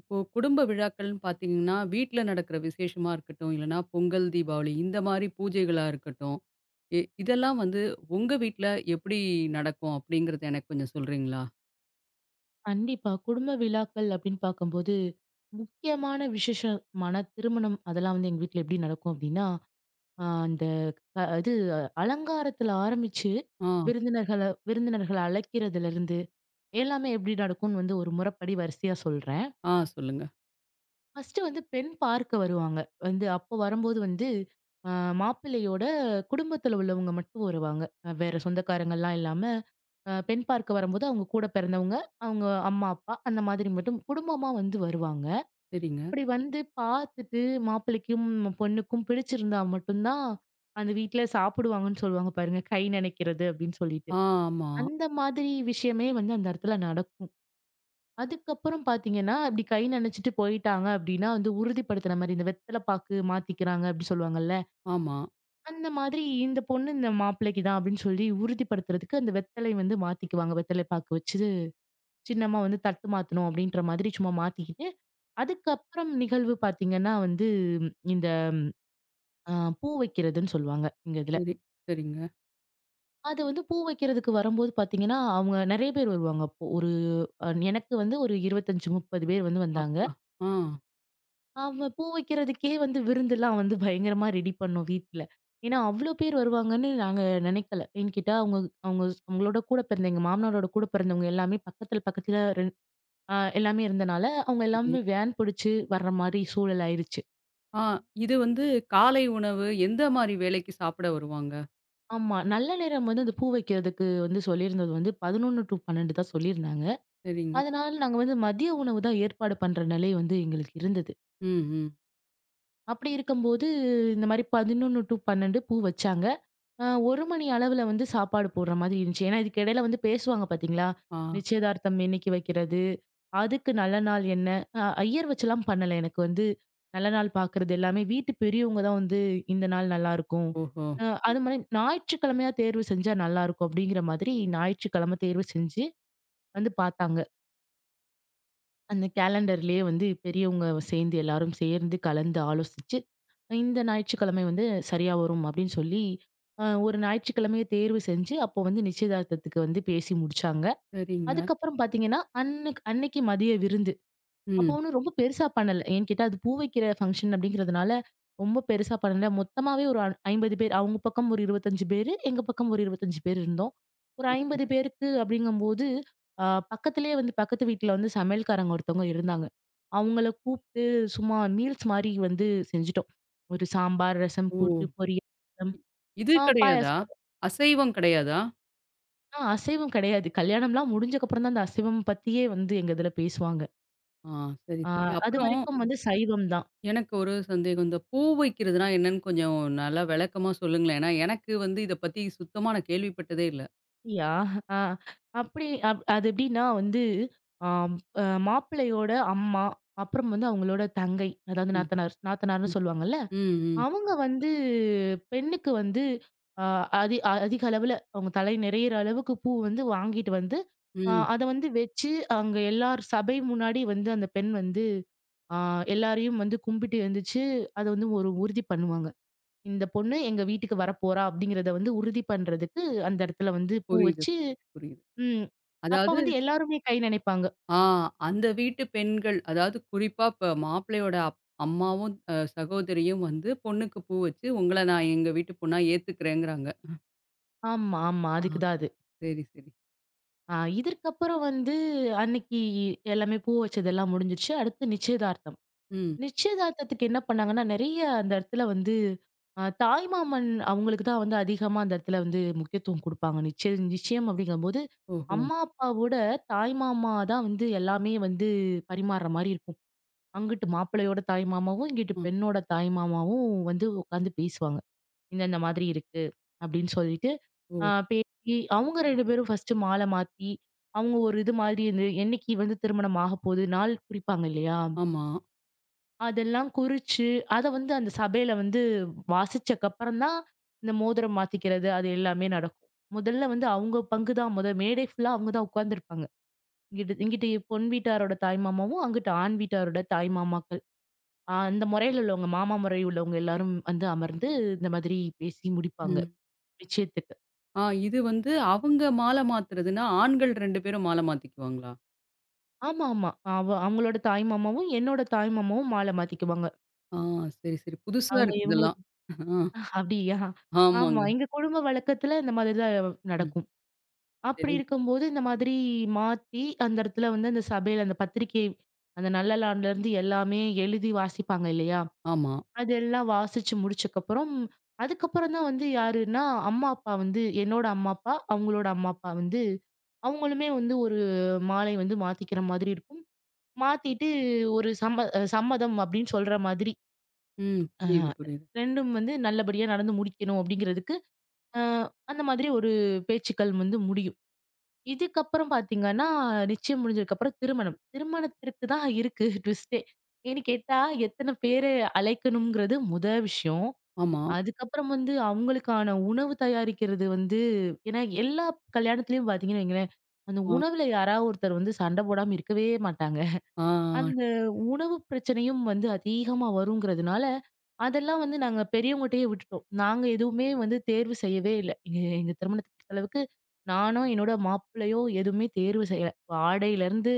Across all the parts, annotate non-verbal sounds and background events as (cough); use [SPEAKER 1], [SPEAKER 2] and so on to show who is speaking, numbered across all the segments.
[SPEAKER 1] இப்போ குடும்ப விழாக்கள்னு பார்த்தீங்கன்னா, வீட்ல நடக்கிற விசேஷமா இருக்கட்டும், இல்லன்னா பொங்கல், தீபாவளி இந்த மாரி பூஜைகளா இருக்கட்டும், இதெல்லாம் வந்து உங்க வீட்ல எப்படி நடக்கும் அப்படிங்கிறத எனக்கு கொஞ்சம் சொல்றீங்களா?
[SPEAKER 2] கண்டிப்பா. குடும்ப விழாக்கள் அப்படின்னு பார்க்கும்போது, முக்கியமான விசேஷமான திருமணம் அதெல்லாம் வந்து எங்க வீட்ல எப்படி நடக்கும் அப்படின்னா, அ அந்த அ இது அலங்காரத்துல ஆரம்பிச்சு,
[SPEAKER 1] ஆ,
[SPEAKER 2] விருந்தினர்கள விருந்தினர்கள அழைக்கிறதுலருந்து எல்லாமே எப்படி நடக்கும்னு வந்து ஒரு முறைப்படி வரிசையா சொல்றேன்.
[SPEAKER 1] ஆ சொல்லுங்க.
[SPEAKER 2] ஃபர்ஸ்ட்டு வந்து பெண் பார்க்க வருவாங்க. வந்து அப்போ வரும்போது வந்து அ மாப்பிள்ளையோட குடும்பத்துல உள்ளவங்க மட்டும் வருவாங்க. வேற சொந்தக்காரங்கலாம் இல்லாம, பெண் பார்க்க வரும்போது அவங்க கூட பிறந்தவங்க, அவங்க அம்மா, அப்பா அந்த மாதிரி மட்டும் குடும்பமா வந்து வருவாங்க.
[SPEAKER 1] சரிங்க.
[SPEAKER 2] அப்படி வந்து பார்த்துட்டு மாப்பிள்ளைக்கும், பொண்ணுக்கும் பிடிச்சிருந்தா மட்டும் தான் அந்த வீட்ல சாப்பிடுவாங்கன்னு சொல்லுவாங்க பாருங்க. கை நனைக்கிறது அப்படின்னு சொல்லிட்டு.
[SPEAKER 1] ஆ, ஆமா,
[SPEAKER 2] அந்த மாதிரி விஷயமே வந்து அந்த இடத்துல நடக்கும். அதுக்கப்புறம் பாத்தீங்கன்னா, அப்படி கை நனச்சுட்டு போயிட்டாங்க அப்படின்னா, வந்து உறுதிப்படுத்துன மாரி இந்த வெத்தல பாக்கு மாத்திக்கிறாங்க அப்படி சொல்லுவாங்கல்ல.
[SPEAKER 1] ஆமா.
[SPEAKER 2] அந்த மாதிரி இந்த பொண்ணு இந்த மாப்பிள்ளைக்கு தான் அப்படின்னு சொல்லி உறுதிப்படுத்துறதுக்கு அந்த வெத்தலை வந்து மாத்திக்குவாங்க. வெத்தலை பாக்கு வச்சு சின்னமா வந்து தட்டு மாத்தணும் அப்படின்ற மாதிரி சும்மா மாத்திக்கிட்டு, அதுக்கப்புறம் நிகழ்வு பாத்தீங்கன்னா வந்து இந்த அ பூ வைக்கிறதுன்னு சொல்லுவாங்க எங்க இதுல.
[SPEAKER 1] சரி, சரிங்க.
[SPEAKER 2] அது வந்து பூ வைக்கிறதுக்கு வரும்போது பாத்தீங்கன்னா, அவங்க நெறைய பேர் வருவாங்க அப்போ. ஒரு அ எனக்கு வந்து ஒரு 25, 30 பேர் வந்தாங்க.
[SPEAKER 1] அப்பா ஆ,
[SPEAKER 2] அவ பூ வைக்கிறதுக்கே வந்து விருந்தெல்லாம் வந்து பயங்கரமா ரெடி பண்ணோம் வீட்ல. ஏன்னா, அவ்ளோ பேர் வருவாங்கன்னு நாங்க நினைக்கல. ஏன்னு கேட்டா, அவங்க அவங்க அவங்களோட கூட பிறந்த எங்க மாமனாரோட கூட பிறந்தவங்க எல்லாமே பக்கத்துல பக்கத்துல ரெண் அ எல்லாமே இருந்தனால, அவங்க
[SPEAKER 1] சரி.
[SPEAKER 2] எல்லாமே வேன் பிடிச்சு வர்ற மாரி சூழல் ஆயிருச்சு.
[SPEAKER 1] ஆ இது வந்து காலை உணவு எந்த மாரி வேளைக்கு சாப்பிட வருவாங்க?
[SPEAKER 2] ஆமா. நல்ல நேரம் வந்து அந்த பூ வைக்கிறதுக்கு வந்து சொல்லியிருந்தது வந்து 11:00 டூ 12:00 தான் சொல்லியிருந்தாங்க.
[SPEAKER 1] சரிங்க.
[SPEAKER 2] அதனால நாங்க வந்து மதிய உணவு தான் ஏற்பாடு பண்ற நிலை வந்து எங்களுக்கு இருந்தது.
[SPEAKER 1] ம், ம்.
[SPEAKER 2] அப்படி இருக்கும்போது, இந்த மாரி 11:00 டூ 12:00 பூ வச்சாங்க. 1 மணி அளவுல வந்து சாப்பாடு போடுற மாதிரி இருந்துச்சு. ஏன்னா, இதுக்கு இடையில வந்து பேசுவாங்க பார்த்தீங்களா?
[SPEAKER 1] ஆ,
[SPEAKER 2] நிச்சயதார்த்தம் என்னைக்கு வைக்கிறது? அதுக்கு நல்ல நாள் என்ன? ஐயர் வச்சுலாம் பண்ணல. எனக்கு வந்து நல்ல நாள் பார்க்குறது எல்லாமே வீட்டு பெரியவங்க தான் வந்து இந்த நாள் நல்லாயிருக்கும்.
[SPEAKER 1] ஓஹோ!
[SPEAKER 2] அ அது மாரி ஞாயிற்றுக்கிழமையா தேர்வு செஞ்சா நல்லாயிருக்கும் அப்படிங்கிற மாதிரி ஞாயிற்றுக்கிழமை தேர்வு செஞ்சு வந்து பார்த்தாங்க. அந்த கேலண்டர்லயே வந்து பெரியவங்க சேர்ந்து எல்லாரும் சேர்ந்து கலந்து ஆலோசிச்சு இந்த ஞாயிற்றுக்கிழமை வந்து சரியா வரும் அப்படின்னு சொல்லி ஒரு ஞாயிற்றுக்கிழமைய தேர்வு செஞ்சு, அப்போ வந்து நிச்சயதார்த்தத்துக்கு வந்து பேசி முடிச்சாங்க.
[SPEAKER 1] சரிங்க.
[SPEAKER 2] அதுக்கப்புறம் பார்த்தீங்கன்னா, அன்னைக்கு அன்னைக்கு மதிய விருந்து. அப்போ
[SPEAKER 1] ம்,
[SPEAKER 2] ஒண்ணும் ரொம்ப பெருசா பண்ணல. ஏன்னு கேட்டா, அது பூ வைக்கிற ஃபங்ஷன் அப்படிங்கிறதுனால, ரொம்ப பெருசா பண்ணல. மொத்தமாவே ஒரு அ 50 பேர். அவங்க பக்கம் ஒரு 25 பேரு, எங்க பக்கம் ஒரு 25 பேர் இருந்தோம். ஒரு 50
[SPEAKER 1] சரிங்க.
[SPEAKER 2] பேருக்கு அப்படிங்கும்போது, அ பக்கத்திலேயே வந்து பக்கத்து வீட்ல வந்து சமையல்காரங்க ஒருத்தவங்க இருந்தாங்க. அவங்கள கூப்பிட்டு சும்மா மீல்ஸ் மாரி வந்து செஞ்சுட்டோம். ஒரு சாம்பார், ரசம்,
[SPEAKER 1] ஓ!
[SPEAKER 2] கூட்டு, பொரியல்,
[SPEAKER 1] இ இது
[SPEAKER 2] ஆ
[SPEAKER 1] கிடையாதா?
[SPEAKER 2] பாயாசம்.
[SPEAKER 1] அசைவம் கிடையாதா?
[SPEAKER 2] ஆ அசைவம் கிடையாது. கல்யாணம்லாம் முடிஞ்சக்கப்புறம் தான் அந்த அசைவம் பத்தியே வந்து எங்க இதுல பேசுவாங்க.
[SPEAKER 1] ஆ சரி,
[SPEAKER 2] ஆ
[SPEAKER 1] சரி. அப்புறம்
[SPEAKER 2] அதுவரைக்கும் வந்து சைவம் தான்.
[SPEAKER 1] எனக்கு ஒரு சந்தேகம். இந்த பூ வைக்கிறதுனா என்னன்னு கொஞ்சம் நல்லா விளக்கமா சொல்லுங்களேன். ஏன்னா, எனக்கு வந்து இத பத்தி சுத்தமா நான் கேள்விப்பட்டதே இல்ல.
[SPEAKER 2] அப்படியா? ஆ. அப்படி அப் அது எப்படின்னா வந்து, ஆம் அ மாப்பிள்ளையோட அம்மா, அப்புறம் வந்து அவங்களோட தங்கை, அதாவது
[SPEAKER 1] ம்,
[SPEAKER 2] நாத்தனார்
[SPEAKER 1] ம்.
[SPEAKER 2] நாத்தனார்ன்னு சொல்லுவாங்கல்ல.
[SPEAKER 1] ம், ம்,
[SPEAKER 2] அவங்க வந்து பெண்ணுக்கு வந்து அ அதிக அளவுல அவங்க தலை நிறையிற அளவுக்கு பூ வந்து வாங்கிட்டு வந்து,
[SPEAKER 1] ம்.
[SPEAKER 2] அத வந்து வச்சு அங்க எல்லார் சபை முன்னாடி வந்து அந்த பெண் வந்து அ எல்லாரையும் வந்து கும்பிட்டு எழுந்துச்சு, அத வந்து ஒரு உறுதி பண்ணுவாங்க. இந்த பொண்ணு எங்க வீட்டுக்கு வரப்போறா அப்படிங்கிறத வந்து உறுதி பண்றதுக்கு அந்த இடத்துல வந்து பூ
[SPEAKER 1] புரியுது,
[SPEAKER 2] வச்சு
[SPEAKER 1] புரியுது.
[SPEAKER 2] ம். அப்ப
[SPEAKER 1] அதாவது
[SPEAKER 2] வந்து எல்லாருமே கை நனைப்பாங்க.
[SPEAKER 1] ஆ அந்த வீட்டு பெண்கள், அதாவது குறிப்பா இப்ப மாப்பிள்ளையோட அம்மாவும், அ சகோதரியும் வந்து பொண்ணுக்கு பூ வச்சு, உங்கள நான் எங்க வீட்டு பொண்ணா ஏத்துக்கிறேங்கிறாங்க.
[SPEAKER 2] ஆமா, ஆமா.
[SPEAKER 1] ஆ
[SPEAKER 2] அதுக்கு தான் அது.
[SPEAKER 1] சரி, சரி.
[SPEAKER 2] ஆ இதற்கப்புறம் வந்து அன்னைக்கு எல்லாமே பூ வச்சதெல்லாம் முடிஞ்சிருச்சு. அடுத்து நிச்சயதார்த்தம்.
[SPEAKER 1] ம்.
[SPEAKER 2] நிச்சயதார்த்தத்துக்கு என்ன பண்ணாங்கன்னா, நெறைய அந்த இடத்துல வந்து தாய்மாமன் அவங்களுக்கு தான் வந்து அதிகமா அந்த இடத்துல வந்து முக்கியத்துவம் குடுப்பாங்க. நிச்சயம் அப்படிங்கும்போது,
[SPEAKER 1] ஓஹோ!
[SPEAKER 2] அம்மா அப்பாவோட தாய்மாமா தான் வந்து எல்லாமே வந்து பரிமாறுற மாரி இருக்கும். அங்கிட்டு மாப்பிள்ளையோட தாய்மாமாவும், இங்கிட்டு
[SPEAKER 1] அ.
[SPEAKER 2] பெண்ணோட தாய்மாமாவும் வந்து உட்காந்து பேசுவாங்க. இந்த இந்த மாதிரி இருக்கு அப்படின்னு சொல்லிட்டு ஆ
[SPEAKER 1] ஓ!
[SPEAKER 2] பேசி, அவங்க 2 பேரும் ஃபர்ஸ்ட்டு மால மாத்தி, அவங்க ஒரு இது மாதிரி இந்த என்னைக்கு வந்து திருமணம் ஆகப்போது, நாள் குறிப்பாங்க இல்லையா?
[SPEAKER 1] ஆமா.
[SPEAKER 2] அதெல்லாம் குறிச்சு, அத வந்து அந்த சபையில வந்து வாசிச்சக்கப்புறம் தான், இந்த மோதிரம் மாத்திக்கிறது அது எல்லாமே நடக்கும். முதல்ல வந்து அவங்க பங்கு தான் மொத மேடை ஃபுல்லா அவங்க தான் உட்கார்ந்துருப்பாங்க. இங்கிட்டு இங்கிட்டு பொன் வீட்டாரோட தாய் மாமாவும், அங்கிட்டு ஆண் வீட்டாரோட தாய் மாமாக்கள். அந்த முறையில உள்ளவங்க மாமா முறை உள்ளவங்க எல்லாரும் வந்து அமர்ந்து, இந்த மாதிரி பேசி முடிப்பாங்க,
[SPEAKER 1] ம்.
[SPEAKER 2] நிச்சயத்துக்கு.
[SPEAKER 1] ஆ இது வந்து அவங்க மால மாத்துறதுன்னா, ஆண்கள் 2 பேரும் மால மாத்திக்குவாங்களா?
[SPEAKER 2] ஆமா, ஆமா. அவங்களோட தாய் மாமாவும், என்னோட தாய் மாமாவும் மாலை மாத்திக்குவாங்க.
[SPEAKER 1] ஆ சரி, சரி. புதுசா
[SPEAKER 2] அவங்க
[SPEAKER 1] இருக்கு இதெல்லாம்.
[SPEAKER 2] இவங்களுக்கு
[SPEAKER 1] ஆ
[SPEAKER 2] (laughs) அப்படியா? ஆமா.
[SPEAKER 1] ஆமாங்க.
[SPEAKER 2] எங்க குடும்ப வழக்கத்துல இந்த மாதிரி தான்
[SPEAKER 1] ம்.
[SPEAKER 2] நடக்கும். அப்படி
[SPEAKER 1] சரி.
[SPEAKER 2] இருக்கும்போது இந்த மாதிரி மாத்தி அந்த இடத்துல வந்து அந்த சபையில அந்த பத்திரிக்கை அந்த நல்லலாண்டுலேருந்து எல்லாமே எழுதி வாசிப்பாங்க இல்லையா?
[SPEAKER 1] ஆமா.
[SPEAKER 2] அதெல்லாம் வாசிச்சு முடிச்சக்கப்புறம், அதுக்கப்புறம் தான் வந்து யாருன்னா அம்மா, அப்பா வந்து என்னோட அம்மா, அப்பா, அவங்களோட அம்மா, அப்பா வந்து அவங்களுமே வந்து ஒரு மாலை வந்து மாத்திக்கிற மாதிரி இருக்கும். மாத்திட்டு ஒரு சம்மதம் அப்படின்னு சொல்ற மாதிரி.
[SPEAKER 1] ம்.
[SPEAKER 2] அ
[SPEAKER 1] புரியுது, புரியுது.
[SPEAKER 2] 2ம் வந்து நல்லபடியா நடந்து முடிக்கணும் அப்படிங்கிறதுக்கு, அ அந்த மாதிரி ஒரு பேச்சுக்கள் வந்து முடியும். இதுக்கப்புறம் பார்த்தீங்கன்னா, நிச்சயம் முடிஞ்சதுக்கப்புறம் திருமணம். திருமணத்திற்கு தான் இருக்கு ட்விஸ்ட்டே. ஏன்னு கேட்டா, எத்தன பேர அழைக்கணுங்கிறது முத விஷயம்.
[SPEAKER 1] ஆமா.
[SPEAKER 2] அதுக்கப்புறம் வந்து அவங்களுக்கான உணவு தயாரிக்கிறது வந்து ஏன்னா எல்லா கல்யாணத்துலயும் பார்த்தீங்கன்னு வைங்களேன், அந்த
[SPEAKER 1] ஆ.
[SPEAKER 2] உணவுல யாராவது ஒருத்தர் வந்து சண்டை போடாம இருக்கவே மாட்டாங்க.
[SPEAKER 1] ஆ.
[SPEAKER 2] அந்த உணவு பிரச்சனையும் வந்து அதிகமா வருங்கிறதுனால, அதெல்லாம் வந்து நாங்க பெரியவங்கட்டயே விட்டுட்டோம். நாங்க எதுவுமே வந்து தேர்வு செய்யவே இல்ல. எங்க எங்க திருமணத்த பொறுத்தளவுக்கு, நானோ, என்னோட மாப்பிள்ளையோ எதுவுமே தேர்வு செய்யல. ஆடையிலருந்து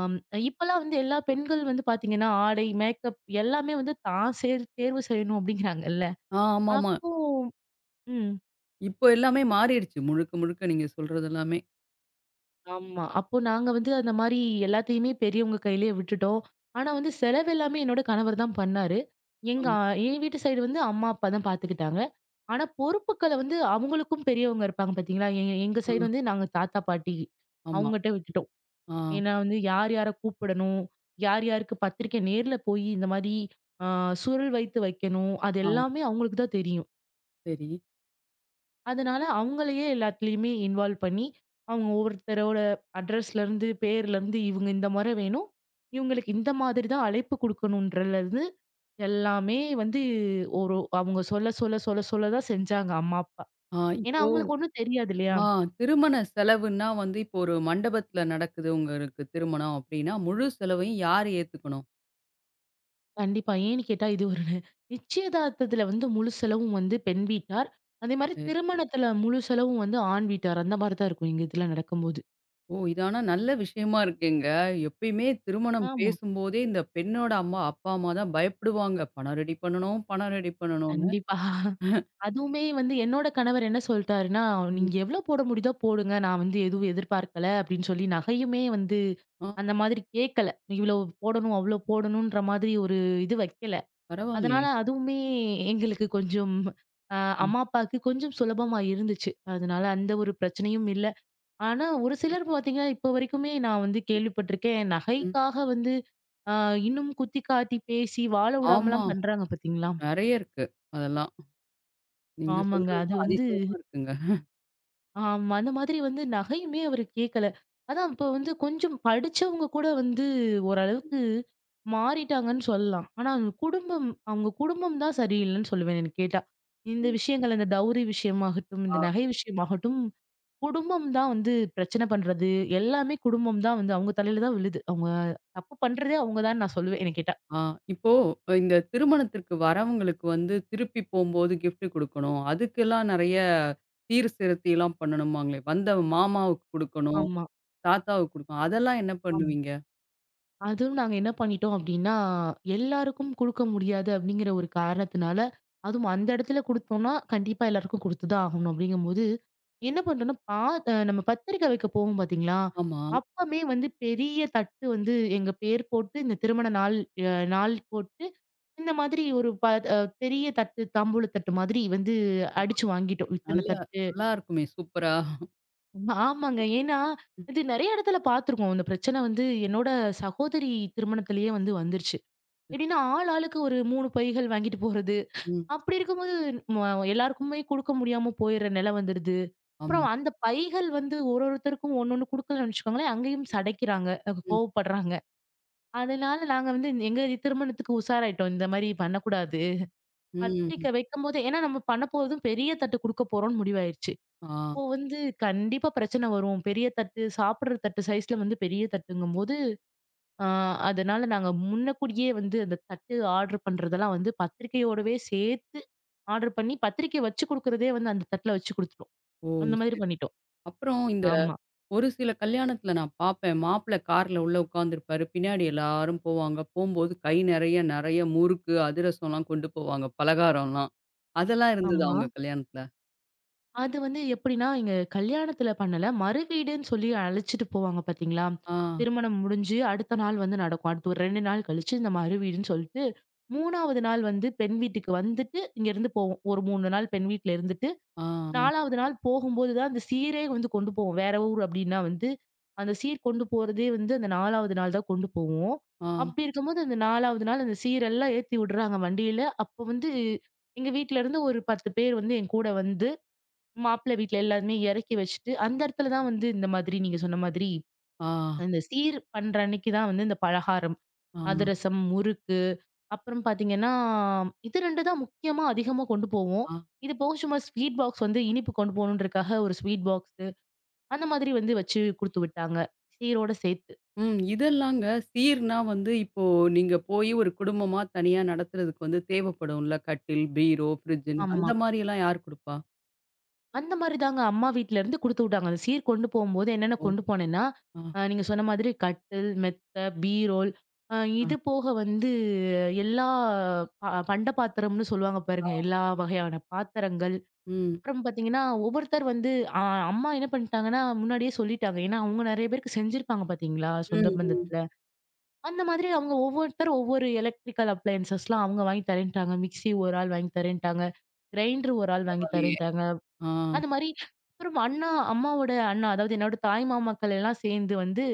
[SPEAKER 2] அம் இப்பலாம் வந்து எல்லா பெண்கள் வந்து பாத்தீங்கன்னா, ஆடை, மேக்கப் எல்லாமே வந்து தான் தேர்வு செய்யணும் அப்படிங்கிறாங்கல்ல.
[SPEAKER 1] ஆ. ஆமாமா.
[SPEAKER 2] அப்போ ம்.
[SPEAKER 1] இப்போ எல்லாமே மாறிடுச்சு. முழுக்க, முழுக்க நீங்க சொல்றது எல்லாமே.
[SPEAKER 2] ஆமா. அப்போ நாங்க வந்து அந்த மாரி எல்லாத்தையுமே பெரியவங்க கையிலேயே விட்டுட்டோம். ஆனா வந்து செலவு எல்லாமே என்னோட கணவர் தான் பண்ணாரு. எங்க
[SPEAKER 1] ஆம்.
[SPEAKER 2] அ என் வீட்டு சைடு வந்து அம்மா, அப்பா தான் பார்த்துக்கிட்டாங்க. ஆனா பொறுப்புக்கள வந்து அவங்களுக்கும் பெரியவங்க இருப்பாங்க பார்த்தீங்களா? எங்க
[SPEAKER 1] ஆ.
[SPEAKER 2] சைடு வந்து நாங்க தாத்தா, பாட்டி
[SPEAKER 1] ஆமா.
[SPEAKER 2] அவங்கட்ட விட்டுட்டோம்.
[SPEAKER 1] ஆ.
[SPEAKER 2] ஏன்னா வந்து யார் யார கூப்பிடணும், யார் யாருக்கு பத்திரிக்கை நேர்ல போய் இந்த மாரி அ சுருள் வைத்து வைக்கணும். அது
[SPEAKER 1] ஆ.
[SPEAKER 2] எல்லாமே அவங்களுக்கு தான் தெரியும்.
[SPEAKER 1] சரி.
[SPEAKER 2] அதனால அவங்களையே எல்லாத்துலயுமே இன்வால்வ் பண்ணி, அவங்க ஒவ்வொருத்தரோட அட்ரஸ்ல இருந்து, பேர்ல இருந்து இவங்க இந்த முறை வேணும். இவங்களுக்கு இந்த மாதிரி தான் அழைப்பு குடுக்கணும்ன்றதுலருந்து எல்லாமே வந்து ஒரு அவங்க சொல்ல, சொல்ல, சொல்ல, சொல்ல தான் செஞ்சாங்க அம்மா, அப்பா.
[SPEAKER 1] ஆ
[SPEAKER 2] ஏன்னா
[SPEAKER 1] இப்போ
[SPEAKER 2] அவங்களுக்கு ஒண்ணும் தெரியாது இல்லையா?
[SPEAKER 1] ஆ திருமண செலவுன்னா வந்து இப்போ ஒரு மண்டபத்துல நடக்குது உங்களுக்கு திருமணம் அப்டின்னா, முழு செலவையும் யார் ஏத்துக்கணும்?
[SPEAKER 2] கண்டிப்பா. ஏன்னு கேட்டா இது ஒரு நிச்சயதார்த்தத்துல வந்து முழு செலவும் வந்து பெண் வீட்டார். அதே மாரி திருமணத்துல முழு செலவும் வந்து ஆண் வீட்டார். அந்த மாரி தான் இருக்கும் எங்க இதுல நடக்கும்போது.
[SPEAKER 1] ஓ! இது ஆனா நல்ல விஷயமா இருக்கேங்க. எப்பயுமே திருமணம்
[SPEAKER 2] ஆமா.
[SPEAKER 1] பேசும்போதே இந்த பெண்ணோட அம்மா, அப்பா, அம்மா தான் பயப்படுவாங்க. பணம் ரெடி பண்ணணும், பணம் ரெடி பண்ணணும்னு.
[SPEAKER 2] கண்டிப்பா. அதுவுமே வந்து என்னோட கணவர் என்ன சொல்ட்டாருன்னா,
[SPEAKER 1] ம்.
[SPEAKER 2] "நீங்க எவ்ளோ போட முடியுதோ போடுங்க. நான் வந்து எதுவும் எதிர்பார்க்கல" அப்படின்னு சொல்லி நகையுமே வந்து
[SPEAKER 1] ஆ
[SPEAKER 2] அந்த மாதிரி கேட்கல. இவ்வளோ போடணும், அவ்வளோ போடணுன்ற மாதிரி ஒரு இது வைக்கல. அதனால
[SPEAKER 1] பரவாயில்லையே!
[SPEAKER 2] அதுவுமே எங்களுக்கு கொஞ்சம் அ
[SPEAKER 1] ம்,
[SPEAKER 2] அம்மா, அப்பாவுக்கு கொஞ்சம் சுலபமா இருந்துச்சு. அதனால அந்த ஒரு பிரச்சனையும் இல்ல. ஆனா ஒரு சிலர் பார்த்தீங்கன்னா, இப்போ வரைக்குமே நான் வந்து கேள்விப்பட்டிருக்கேன்.
[SPEAKER 1] ம்.
[SPEAKER 2] நகைக்காக வந்து அ இன்னும் குத்தி காத்தி பேசி வாழ
[SPEAKER 1] ஆமா.
[SPEAKER 2] விடாமலாம் பண்றாங்க பார்த்தீங்களா?
[SPEAKER 1] நெறைய இருக்கு. அதெல்லாம். நீங்க
[SPEAKER 2] ஆமாங்க.
[SPEAKER 1] சொல்றது
[SPEAKER 2] அது
[SPEAKER 1] தான்
[SPEAKER 2] வந்து
[SPEAKER 1] அதிசயமா இருக்குங்க.
[SPEAKER 2] ஆமா. அந்த மாதிரி வந்து நகையுமே அவரு கேட்கல. அதான் அப்ப வந்து கொஞ்சம் படிச்சவங்க கூட வந்து ஓரளவுக்கு மாறிட்டாங்கன்னு சொல்லலாம். ஆனா அவங்க குடும்பம் தான் சரியில்லன்னு சொல்லுவேன் என்ன கேட்டா. இந்த
[SPEAKER 1] ம்.
[SPEAKER 2] விஷயங்கள் அந்த டவுரி விஷயமாகட்டும், இந்த
[SPEAKER 1] ஆ,
[SPEAKER 2] நகை விஷயமாகட்டும், குடும்பம் தான் வந்து பிரச்சனை பண்றது. எல்லாமே குடும்பம் தான் வந்து அவங்க தலையில தான் விழுது. அவங்க தப்பு பண்றதே அவங்க தான்னு நான் சொல்லுவேன் என்ன கேட்டா.
[SPEAKER 1] ஆ. இப்போ இந்த திருமணத்திற்கு வரவங்களுக்கு வந்து திருப்பி போம்போது கிஃப்ட் குடுக்கணும். அதுக்கெல்லாம் நெறைய சீர் சிரத்தைலாம் பண்ணணுமாங்களே! வந்த மாமாவுக்கு குடுக்கணும்,
[SPEAKER 2] ஆமா.
[SPEAKER 1] தாத்தாவுக்கு குடுக்கணும். அதெல்லாம் என்ன
[SPEAKER 2] ஆமா.
[SPEAKER 1] பண்ணுவீங்க?
[SPEAKER 2] அதுவும் நாங்க என்ன பண்ணிட்டோம் அப்டின்னா, எல்லாருக்கும் குடுக்க முடியாது அப்டிங்கிற ஒரு காரணத்தினால, அதுவும் அந்த இடத்துல குடுத்தோம்னா, கண்டிப்பா எல்லாருக்கும் குடுத்துதான் ஆகணும் அப்டிங்கும்போது, என்ன பண்றோம்னா, பா அ நம்ம பத்திரிக்கை வைக்க போவோம் பார்த்தீங்களா?
[SPEAKER 1] ஆமா.
[SPEAKER 2] அப்பமே வந்து பெரிய தட்டு வந்து எங்க பேர் போட்டு, இந்த திருமண நாள் நாள் போட்டு, இந்த மாதிரி ஒரு ப அ பெரிய தட்டு, தாம்பூல தட்டு மாதிரி வந்து அடிச்சு வாங்கிட்டோம். இத்தன
[SPEAKER 1] நல்ல
[SPEAKER 2] தட்டு
[SPEAKER 1] நல்லா இருக்குமே! சூப்பரா.
[SPEAKER 2] ஆமாங்க. ஏன்னா, இது நெறைய இடத்துல பார்த்துருக்கோம். இந்த பிரச்சனை வந்து என்னோட சகோதரி திருமணத்திலேயே வந்து வந்துருச்சு. எப்படின்னா, ஆள் ஆளுக்கு ஒரு 3 பைகள் வாங்கிட்டு போறது.
[SPEAKER 1] ம்.
[SPEAKER 2] அப்படி இருக்கும்போது ம எல்லாருக்குமே குடுக்க முடியாம போயிடுற நிலை வந்துடுது.
[SPEAKER 1] ஆமா.
[SPEAKER 2] அப்புறம் அந்த பைகள் வந்து ஒரு ஒருத்தருக்கும் ஒண்ணொண்ணு குடுக்கலன்னு வச்சுக்கோங்களேன், அங்கேயும் சடைக்கிறாங்க. அது
[SPEAKER 1] ம்.
[SPEAKER 2] கோவப்படுறாங்க. அதனால நாங்க வந்து எங்க திருமணத்துக்கு உஷாராயிட்டோம். இந்த மாரி பண்ணக்கூடாது.
[SPEAKER 1] ம்.
[SPEAKER 2] பத்திரிக்கை வைக்கும்போது ஏன்னா நம்ம பண்ண போறதும் பெரிய தட்டு குடுக்க போறோம்னு முடிவாயிருச்சு.
[SPEAKER 1] ஆ.
[SPEAKER 2] அப்போ வந்து கண்டிப்பா பிரச்சனை வரும். பெரிய தட்டு, சாப்பிடுற தட்டு சைஸ்ல வந்து பெரிய தட்டுங்கும்போது, ஆ அதனால நாங்க முன்னக்கூடியே வந்து அந்த தட்டு ஆர்டர் பண்றதெல்லாம் வந்து பத்திரிக்கையோடவே சேர்த்து ஆர்டர் பண்ணி, பத்திரிக்கை வச்சு குடுக்குறதே வந்து அந்த தட்டுல வச்சு குடுத்துட்டோம்.
[SPEAKER 1] ஓ!
[SPEAKER 2] அந்த மாதிரி
[SPEAKER 1] சரி.
[SPEAKER 2] பண்ணிட்டோம்.
[SPEAKER 1] அப்புறம் இந்த
[SPEAKER 2] ஆமா,
[SPEAKER 1] ஒரு சில கல்யாணத்துல நான் பார்ப்பேன். மாப்பிள்ளை கார்ல உள்ள உட்காந்துருப்பாரு. பின்னாடி எல்லாரும் போவாங்க. போம்போது கை நெறைய, நெறைய முறுக்கு, அதிரசம்லாம் கொண்டு போவாங்க. பலகாரம்லாம். அதெல்லாம் இருந்ததா
[SPEAKER 2] ஆமா.
[SPEAKER 1] உங்க கல்யாணத்துல?
[SPEAKER 2] அது வந்து எப்படின்னா, எங்க கல்யாணத்துல பண்ணல. மறு வீடுன்னு சொல்லி அழைச்சிட்டு போவாங்க பார்த்தீங்களா?
[SPEAKER 1] ஆ.
[SPEAKER 2] திருமணம் முடிஞ்சு அடுத்த நாள் வந்து நடக்கும். அடுத்து ஒரு 2 நாள் கழிச்சு இந்த மறு வீடுன்னு சொல்லிட்டு, 3வது நாள் வந்து பெண் வீட்டுக்கு வந்துட்டு, இங்கேருந்து போவோம். ஒரு 3 நாள் பெண் வீட்ல இருந்துட்டு,
[SPEAKER 1] ஆ.
[SPEAKER 2] 4வது நாள் போகும்போது தான் அந்த சீரே வந்து கொண்டு போவோம். வேற ஊர் அப்படின்னா வந்து, அந்த சீர் கொண்டு போறதே வந்து அந்த 4வது நாள் தான் கொண்டு போவோம்.
[SPEAKER 1] ஆ.
[SPEAKER 2] அப்படி இருக்கும்போது அந்த 4வது நாள் அந்த சீரெல்லாம் ஏத்தி விடுறாங்க வண்டியில. அப்போ வந்து எங்க வீட்லருந்து ஒரு 10 பேர் வந்து என் கூட வந்து மாப்பிள்ளை வீட்ல எல்லாருமே இறக்கி வச்சுட்டு, அந்த இடத்துல தான் வந்து இந்த மாதிரி நீங்க சொன்ன மாதிரி,
[SPEAKER 1] ஆ.
[SPEAKER 2] அந்த சீர் பண்ற அன்னைக்கு தான் வந்து இந்த பலகாரம்,
[SPEAKER 1] ஆ.
[SPEAKER 2] அதிரசம், முறுக்கு, அப்புறம் பார்த்தீங்கன்னா, இது 2 தான் முக்கியமா அதிகமா கொண்டு போவோம்.
[SPEAKER 1] ஆ.
[SPEAKER 2] இது போக சும்மா ஸ்வீட் பாக்ஸ் வந்து இனிப்பு கொண்டு போகணுன்றதுக்காக ஒரு ஸ்வீட் பாக்ஸு, அந்த மாதிரி வந்து வச்சு குடுத்து விட்டாங்க. சீரோட சேர்த்து.
[SPEAKER 1] ம். இதெல்லாங்க சீர்னா வந்து இப்போ நீங்க போய் ஒரு குடும்பமா தனியா நடத்துறதுக்கு வந்து தேவைப்படும்ல. கட்டில், பீரோ, ஃப்ரிட்ஜ்ன்னு
[SPEAKER 2] ஆமா.
[SPEAKER 1] அந்த மாரியெல்லாம் யார் குடுப்பா?
[SPEAKER 2] அந்த மாரி தாங்க அம்மா வீட்லருந்து குடுத்துவிட்டாங்க. அந்த சீர் கொண்டு போம்போது என்னென்ன
[SPEAKER 1] ஓ!
[SPEAKER 2] கொண்டு போனேன்னா,
[SPEAKER 1] ஆ.
[SPEAKER 2] நீங்க சொன்ன மாதிரி கட்டில், மெத்த, பீரோல் அ
[SPEAKER 1] ஆ.
[SPEAKER 2] இது போக வந்து எல்லா ப பண்ட பாத்திரம்னு சொல்லுவாங்க
[SPEAKER 1] ஆ.
[SPEAKER 2] பாருங்க. எல்லா வகையான பாத்திரங்கள்.
[SPEAKER 1] ம்.
[SPEAKER 2] அப்புறம் பார்த்தீங்கன்னா, ஒவ்வொருத்தர் வந்து அ அம்மா என்ன பண்ணிட்டாங்கன்னா, முன்னாடியே சொல்லிட்டாங்க. ஏன்னா, அவங்க நெறைய பேருக்கு செஞ்சிருப்பாங்க பார்த்தீங்களா? சொந்த
[SPEAKER 1] ம், ம்.
[SPEAKER 2] பந்தத்துல. அந்த மாதிரி அவங்க ஒவ்வொருத்தர் ஒவ்வொரு எலக்ட்ரிக்கல் அப்ளையன்ஸஸ்லாம் அவங்க வாங்கி தரேன்ட்டாங்க. மிக்ஸி ஒரு ஆள் வாங்கி தரேன்ட்டாங்க. கிரைண்டர் ஒரு ஆள் வாங்கி
[SPEAKER 1] பரவாயில்லையே!
[SPEAKER 2] தரேன்ட்டாங்க.
[SPEAKER 1] ஆ.
[SPEAKER 2] அந்த மாரி அப்புறம் அம்மாவோட அண்ணா, அதாவது என்னோட தாய் மாமாக்கள் எல்லாம் சேர்ந்து வந்து,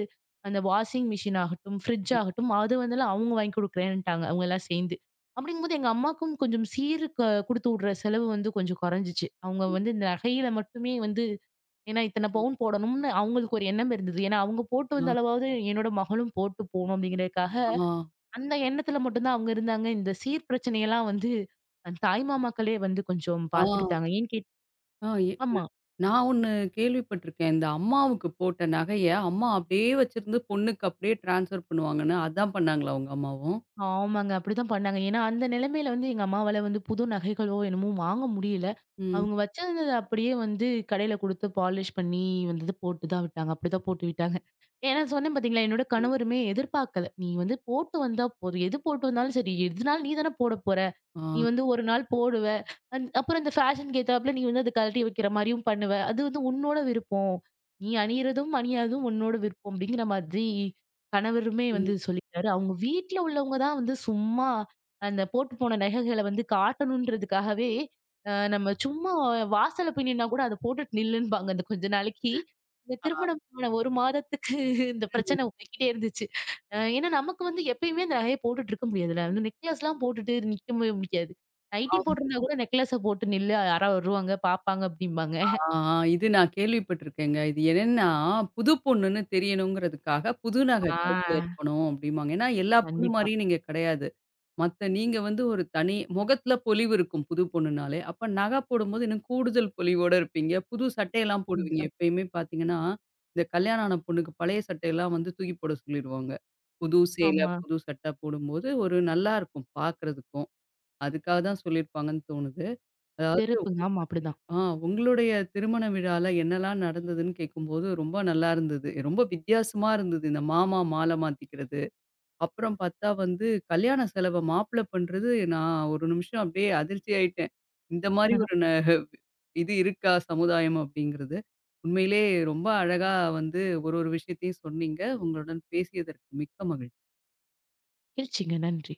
[SPEAKER 2] அந்த வாஷிங் மிஷின் ஆகட்டும், ஃப்ரிட்ஜ்
[SPEAKER 1] ம்,
[SPEAKER 2] ஆகட்டும், அது வந்துலாம் அவங்க வாங்கி குடுக்குறேன்ட்டாங்க. அவங்க எல்லாம் சேர்ந்து. அப்படிங்கும்போது எங்க அம்மாக்கும் கொஞ்சம் சீருக்கு குடுத்து விடுற செலவு வந்து கொஞ்சம் குறைஞ்சுச்சு. அவங்க
[SPEAKER 1] ம்,
[SPEAKER 2] வந்து இந்த நகையில மட்டுமே வந்து ஏன்னா இத்தன
[SPEAKER 1] ம்.
[SPEAKER 2] பவுன் போடணும்னு அவங்களுக்கு ஒரு எண்ணம் இருந்தது. ஏன்னா அவங்க போட்டு
[SPEAKER 1] ஆ,
[SPEAKER 2] வந்த அளவாவது என்னோட மகளும் போட்டு போணும் அப்படிங்கிறதுக்காக,
[SPEAKER 1] ஆ,
[SPEAKER 2] அந்த எண்ணத்துல மட்டும் தான் அவங்க இருந்தாங்க. இந்த சீர் பிரச்சனையெல்லாம் வந்து, தாய் மாமாக்களே வந்து கொஞ்சம்
[SPEAKER 1] ஆ.
[SPEAKER 2] பார்த்துக்கிட்டாங்க. ஏன்னு கேட்
[SPEAKER 1] ஆ எ
[SPEAKER 2] ஆமா.
[SPEAKER 1] நான் ஒண்ணு கேள்விப்பட்டுருக்கேன். இந்த அம்மாவுக்கு போட்ட நகைய அம்மா அப்படியே வச்சிருந்து பொண்ணுக்கு அப்படியே ட்ரான்ஸ்ஃபர் பண்ணுவாங்கன்னு, அதான் பண்ணாங்களா உங்க அம்மாவும்?
[SPEAKER 2] ஆமாங்க. அப்படிதான் பண்ணாங்க. ஏன்னா, அந்த நிலைமையில வந்து எங்க அம்மாவால வந்து புது நகைகளோ என்னமோ வாங்க முடியல.
[SPEAKER 1] ம்.
[SPEAKER 2] அவங்க வச்சிருந்தத அப்படியே வந்து கடையில குடுத்து பாலிஷ் பண்ணி வந்தது போட்டு தான் விட்டாங்க. அப்படிதான் போட்டு விட்டாங்க. ஏன்னா சொன்னேன் பார்த்தீங்களா, என்னோட
[SPEAKER 1] ம்.
[SPEAKER 2] கணவருமே எதிர்பார்க்கல. "நீ வந்து போட்டு வந்தா போதும். எது போட்டு வந்தாலும் சரி, எதுனாலும் நீ தானே போட போற.
[SPEAKER 1] ஆ.
[SPEAKER 2] நீ வந்து ஒரு நாள் போடுவ. அப்புறம் அந்த ஃபேஷன்க்கு ஏத்தாப்புல நீ வந்து அத கழட்டி வைக்கிற மாரியும் பண்ணுவ. அது வந்து உன்னோட விருப்பம். நீ அணியிறதும், அணியாததும் உன்னோட விருப்பம்." அப்படிங்கிற மாதிரி கணவருமே
[SPEAKER 1] ம்,
[SPEAKER 2] வந்து சொல்லிட்டாரு. அவங்க வீட்ல உள்ளவங்க தான் வந்து சும்மா அந்த போட்டு போன நகைகள வந்து காட்டணுன்றதுக்காகவே, நம்ம சும்மா வாசல்ல போய் நின்னா கூட அத போட்டுட்டு நில்லுன்பாங்க அந்த கொஞ்ச நாளைக்கு. இந்த திருமணமான 1 மாதத்துக்கு இந்த
[SPEAKER 1] ம்.
[SPEAKER 2] பிரச்சனை போய்க்கிட்டே இருந்துச்சு. ஏன்னா நமக்கு வந்து எப்பயுமே அந்த நகைய போட்டுட்டு இருக்க முடியாதுல்ல. வந்து நெக்லஸ்லாம் போட்டுட்டு நிக்கவே முடியாது. நைட்டி போட்டிருந்தா கூட நெக்லஸ போட்டு நில்லு யாராவது வருவாங்க, பார்ப்பாங்க அப்டிம்பாங்க.
[SPEAKER 1] ஆ இது நான் கேள்விப்பட்டிருக்கேங்க. இது என்னன்னா, புது பொண்ணுன்னு தெரியணுங்கிறதுக்காக, புது நகை
[SPEAKER 2] ஆ
[SPEAKER 1] கழுத்துல இருக்கணும் அப்படிம்பாங்க. ஏன்னா, எல்லா பொண்ணு
[SPEAKER 2] கண்டிப்பா.
[SPEAKER 1] மாரியும் நீங்க கிடையாது. மத்த நீங்க வந்து ஒரு தனி முகத்துல பொலிவு இருக்கும் புது பொண்ணுனாலே. அப்ப நகை போடும்போது இன்னும் கூடுதல் பொலிவோட இருப்பீங்க. புது சட்டையெல்லாம் போடுவீங்க.
[SPEAKER 2] ம்.
[SPEAKER 1] எப்பயுமே பார்த்தீங்கன்னா, இந்த கல்யாணம் ஆன பொண்ணுக்கு பழைய சட்டையெல்லாம் வந்து தூக்கி போட சொல்லிருவாங்க. புது சேலை,
[SPEAKER 2] ஆமா.
[SPEAKER 1] புது சட்டை போடும்போது ஒரு நல்லா இருக்கும் பார்க்கறதுக்கும். அதுக்காக தான் சொல்லியிருப்பாங்கன்னு தோணுது. அதாவது
[SPEAKER 2] சிறப்புங்க. ஆமா அப்படிதான்.
[SPEAKER 1] ஆ உங்களுடைய திருமண விழால என்னலாம் நடந்ததுன்னு கேட்கும்போது ரொம்ப நல்லா இருந்தது. ரொம்ப வித்தியாசமா இருந்தது. இந்த மாமா மாலை மாத்திக்கிறது. அப்புறம் பார்த்தா வந்து கல்யாண செலவ மாப்பிளை பண்றது நான் ஒரு நிமிஷம் அப்படியே அதிர்ச்சி ஆயிட்டேன். இந்த மாரி ஒரு ந
[SPEAKER 2] (laughs)
[SPEAKER 1] இது இருக்கா சமுதாயம் அப்படிங்கிறது. உண்மையிலே ரொம்ப அழகா வந்து ஒரு ஒரு விஷயத்தையும் சொன்னீங்க. உங்களுடன் பேசியதற்கு மிக்க மகிழ்ச்சி.
[SPEAKER 2] மகிழ்ச்சிங்க. நன்றி.